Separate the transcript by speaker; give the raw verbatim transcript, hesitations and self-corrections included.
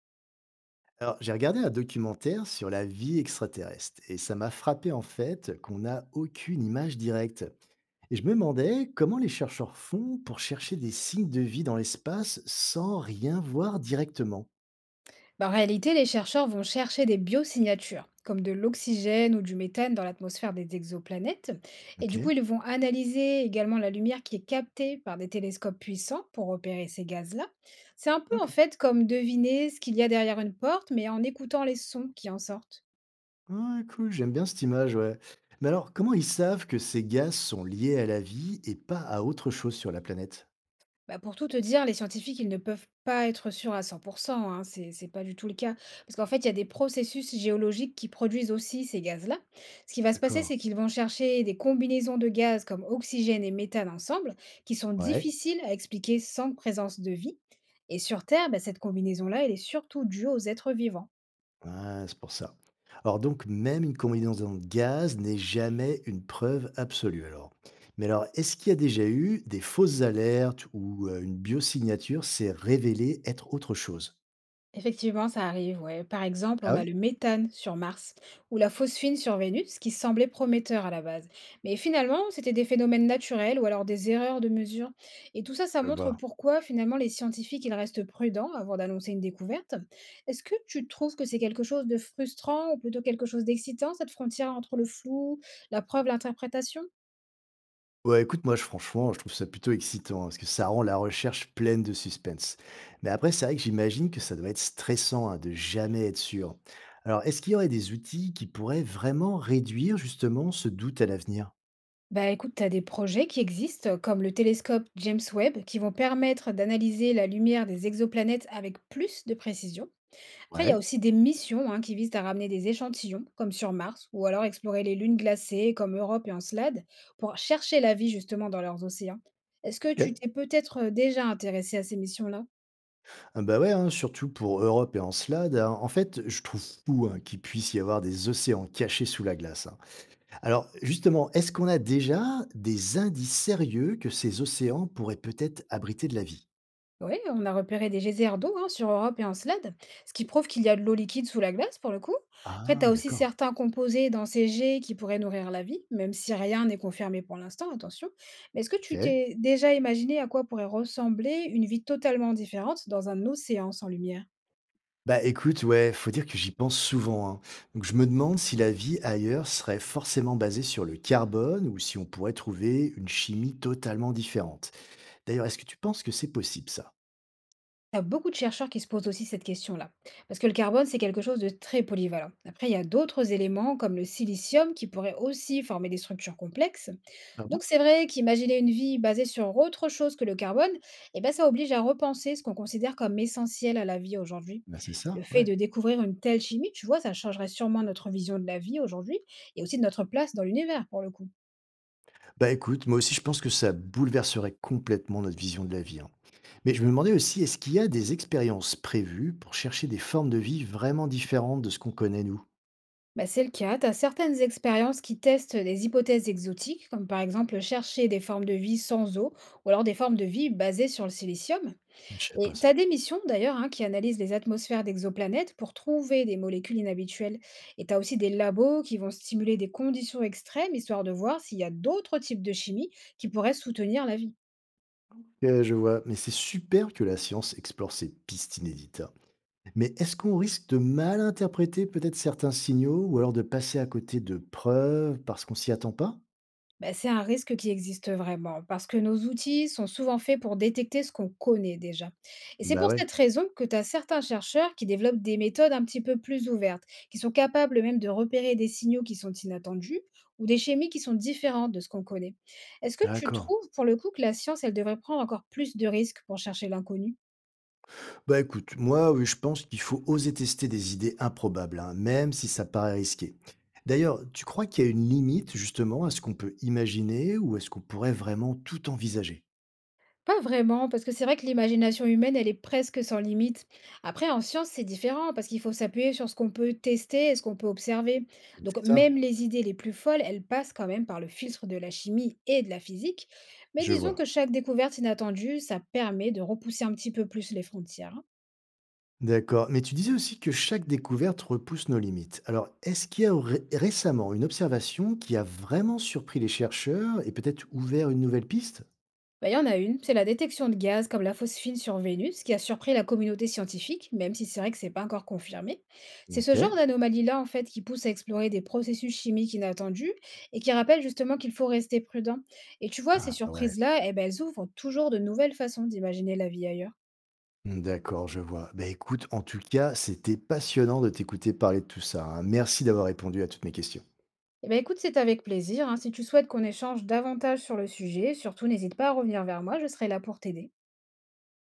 Speaker 1: Alors, j'ai regardé un documentaire sur la vie extraterrestre et ça m'a frappé en fait qu'on n'a aucune image directe. Et je me demandais comment les chercheurs font pour chercher des signes de vie dans l'espace sans rien voir directement.
Speaker 2: Bah, en réalité, les chercheurs vont chercher des biosignatures, comme de l'oxygène ou du méthane dans l'atmosphère des exoplanètes. Et
Speaker 1: Ok,
Speaker 2: du coup, ils vont analyser également la lumière qui est captée par des télescopes puissants pour repérer ces gaz-là. C'est un peu
Speaker 1: ok.
Speaker 2: en fait comme deviner ce qu'il y a derrière une porte, mais en écoutant les sons qui en sortent.
Speaker 1: Ouais, cool, j'aime bien cette image, ouais. Mais alors, comment ils savent que ces gaz sont liés à la vie et pas à autre chose sur la planète?
Speaker 2: Bah, pour tout te dire, les scientifiques, ils ne peuvent pas être sûrs à cent pour cent, hein, c'est c'est pas du tout le cas. Parce qu'en fait, il y a des processus géologiques qui produisent aussi ces gaz-là. Ce qui va se passer,
Speaker 1: D'accord.
Speaker 2: c'est qu'ils vont chercher des combinaisons de gaz comme oxygène et méthane ensemble, qui sont
Speaker 1: Ouais.
Speaker 2: difficiles à expliquer sans présence de vie. Et sur Terre, bah, cette combinaison-là, elle est surtout due aux êtres vivants.
Speaker 1: Ouais, c'est pour ça. Alors donc, même une combinaison de gaz n'est jamais une preuve absolue alors. Mais alors, est-ce qu'il y a déjà eu des fausses alertes ou euh, une biosignature s'est révélée être autre chose?
Speaker 2: Effectivement, ça arrive, ouais. Par exemple,
Speaker 1: Ah
Speaker 2: on
Speaker 1: ouais?
Speaker 2: a le méthane sur Mars ou la phosphine sur Vénus, qui semblait prometteur à la base. Mais finalement, c'était des phénomènes naturels ou alors des erreurs de mesure. Et tout ça, ça
Speaker 1: Je
Speaker 2: montre
Speaker 1: vois.
Speaker 2: pourquoi finalement les scientifiques, ils restent prudents avant d'annoncer une découverte. Est-ce que tu trouves que c'est quelque chose de frustrant ou plutôt quelque chose d'excitant, cette frontière entre le flou, la preuve, l'interprétation?
Speaker 1: Ouais, écoute, moi, je- franchement, je trouve ça plutôt excitant hein, parce que ça rend la recherche pleine de suspense. Mais après, c'est vrai que j'imagine que ça doit être stressant hein, de jamais être sûr. Alors, est-ce qu'il y aurait des outils qui pourraient vraiment réduire justement ce doute à l'avenir?
Speaker 2: Bah écoute, tu as des projets qui existent, comme le télescope James Webb, qui vont permettre d'analyser la lumière des exoplanètes avec plus de précision. Après, il y a
Speaker 1: Ouais,
Speaker 2: aussi des missions, hein, qui visent à ramener des échantillons, comme sur Mars, ou alors explorer les lunes glacées, comme Europe et Encelade, pour chercher la vie justement dans leurs océans. Est-ce que
Speaker 1: ok.
Speaker 2: tu t'es peut-être euh, déjà intéressé à ces missions-là?
Speaker 1: Ah bah, ouais, hein, surtout pour Europe et Encelade, hein. En fait, je trouve fou hein, qu'il puisse y avoir des océans cachés sous la glace, hein. Alors, justement, est-ce qu'on a déjà des indices sérieux que ces océans pourraient peut-être abriter de la vie?
Speaker 2: Oui, on a repéré des geysers d'eau, hein, sur Europe et en Slade, ce qui prouve qu'il y a de l'eau liquide sous la glace pour le coup. Après, tu
Speaker 1: Ah,
Speaker 2: as aussi
Speaker 1: d'accord.
Speaker 2: certains composés dans ces jets qui pourraient nourrir la vie, même si rien n'est confirmé pour l'instant, attention. Mais est-ce que tu
Speaker 1: Ok.
Speaker 2: t'es déjà imaginé à quoi pourrait ressembler une vie totalement différente dans un océan sans lumière?
Speaker 1: Bah écoute, ouais, faut dire que j'y pense souvent, hein. Donc je me demande si la vie ailleurs serait forcément basée sur le carbone ou si on pourrait trouver une chimie totalement différente. D'ailleurs, est-ce que tu penses que c'est possible ça?
Speaker 2: Il y a beaucoup de chercheurs qui se posent aussi cette question-là, parce que le carbone, c'est quelque chose de très polyvalent. Après, il y a d'autres éléments comme le silicium qui pourraient aussi former des structures complexes.
Speaker 1: Ah bon?
Speaker 2: Donc c'est vrai qu'imaginer une vie basée sur autre chose que le carbone, eh ben, ça oblige à repenser ce qu'on considère comme essentiel à la vie aujourd'hui.
Speaker 1: Bah c'est ça,
Speaker 2: Le fait
Speaker 1: ouais.
Speaker 2: de découvrir une telle chimie, tu vois, ça changerait sûrement notre vision de la vie aujourd'hui et aussi de notre place dans l'univers pour le coup.
Speaker 1: Bah écoute, moi aussi je pense que ça bouleverserait complètement notre vision de la vie, hein. Mais je me demandais aussi, est-ce qu'il y a des expériences prévues pour chercher des formes de vie vraiment différentes de ce qu'on connaît nous?
Speaker 2: Bah, c'est le cas, tu as certaines expériences qui testent des hypothèses exotiques, comme par exemple chercher des formes de vie sans eau, ou alors des formes de vie basées sur le silicium.
Speaker 1: Je sais pas
Speaker 2: Et
Speaker 1: ça.
Speaker 2: tu as des missions d'ailleurs, hein, qui analysent les atmosphères d'exoplanètes pour trouver des molécules inhabituelles. Et tu as aussi des labos qui vont stimuler des conditions extrêmes, histoire de voir s'il y a d'autres types de chimie qui pourraient soutenir la vie.
Speaker 1: Euh, je vois, mais c'est super que la science explore ces pistes inédites, hein. Mais est-ce qu'on risque de mal interpréter peut-être certains signaux ou alors de passer à côté de preuves parce qu'on s'y attend pas?
Speaker 2: Ben c'est un risque qui existe vraiment, parce que nos outils sont souvent faits pour détecter ce qu'on connaît déjà. Et c'est
Speaker 1: Bah
Speaker 2: pour
Speaker 1: ouais,
Speaker 2: cette raison que tu as certains chercheurs qui développent des méthodes un petit peu plus ouvertes, qui sont capables même de repérer des signaux qui sont inattendus ou des chimies qui sont différentes de ce qu'on connaît. Est-ce que tu
Speaker 1: d'accord.
Speaker 2: trouves, pour le coup, que la science, elle devrait prendre encore plus de risques pour chercher l'inconnu?
Speaker 1: Bah écoute, moi oui, je pense qu'il faut oser tester des idées improbables, hein, même si ça paraît risqué. D'ailleurs, tu crois qu'il y a une limite justement à ce qu'on peut imaginer ou est-ce qu'on pourrait vraiment tout envisager?
Speaker 2: Pas vraiment, parce que c'est vrai que l'imagination humaine, elle est presque sans limite. Après, en science, c'est différent, parce qu'il faut s'appuyer sur ce qu'on peut tester et ce qu'on peut observer. Donc,
Speaker 1: C'est ça?
Speaker 2: même les idées les plus folles, elles passent quand même par le filtre de la chimie et de la physique. Mais
Speaker 1: Je
Speaker 2: disons
Speaker 1: vois.
Speaker 2: que chaque découverte inattendue, ça permet de repousser un petit peu plus les frontières, hein.
Speaker 1: D'accord. Mais tu disais aussi que chaque découverte repousse nos limites. Alors, est-ce qu'il y a ré- récemment une observation qui a vraiment surpris les chercheurs et peut-être ouvert une nouvelle piste?
Speaker 2: Bah, il y en a une, c'est la détection de gaz comme la phosphine sur Vénus qui a surpris la communauté scientifique, même si c'est vrai que c'est pas encore confirmé. C'est
Speaker 1: Ok.
Speaker 2: ce genre d'anomalie-là en fait qui pousse à explorer des processus chimiques inattendus et qui rappelle justement qu'il faut rester prudent. Et tu vois, ces
Speaker 1: Ah ouais.
Speaker 2: surprises-là, eh ben, elles ouvrent toujours de nouvelles façons d'imaginer la vie ailleurs.
Speaker 1: D'accord, je vois. Bah écoute, en tout cas, c'était passionnant de t'écouter parler de tout ça, hein. Merci d'avoir répondu à toutes mes questions.
Speaker 2: Eh ben, écoute, c'est avec plaisir, hein. Si tu souhaites qu'on échange davantage sur le sujet, surtout n'hésite pas à revenir vers moi, je serai là pour t'aider.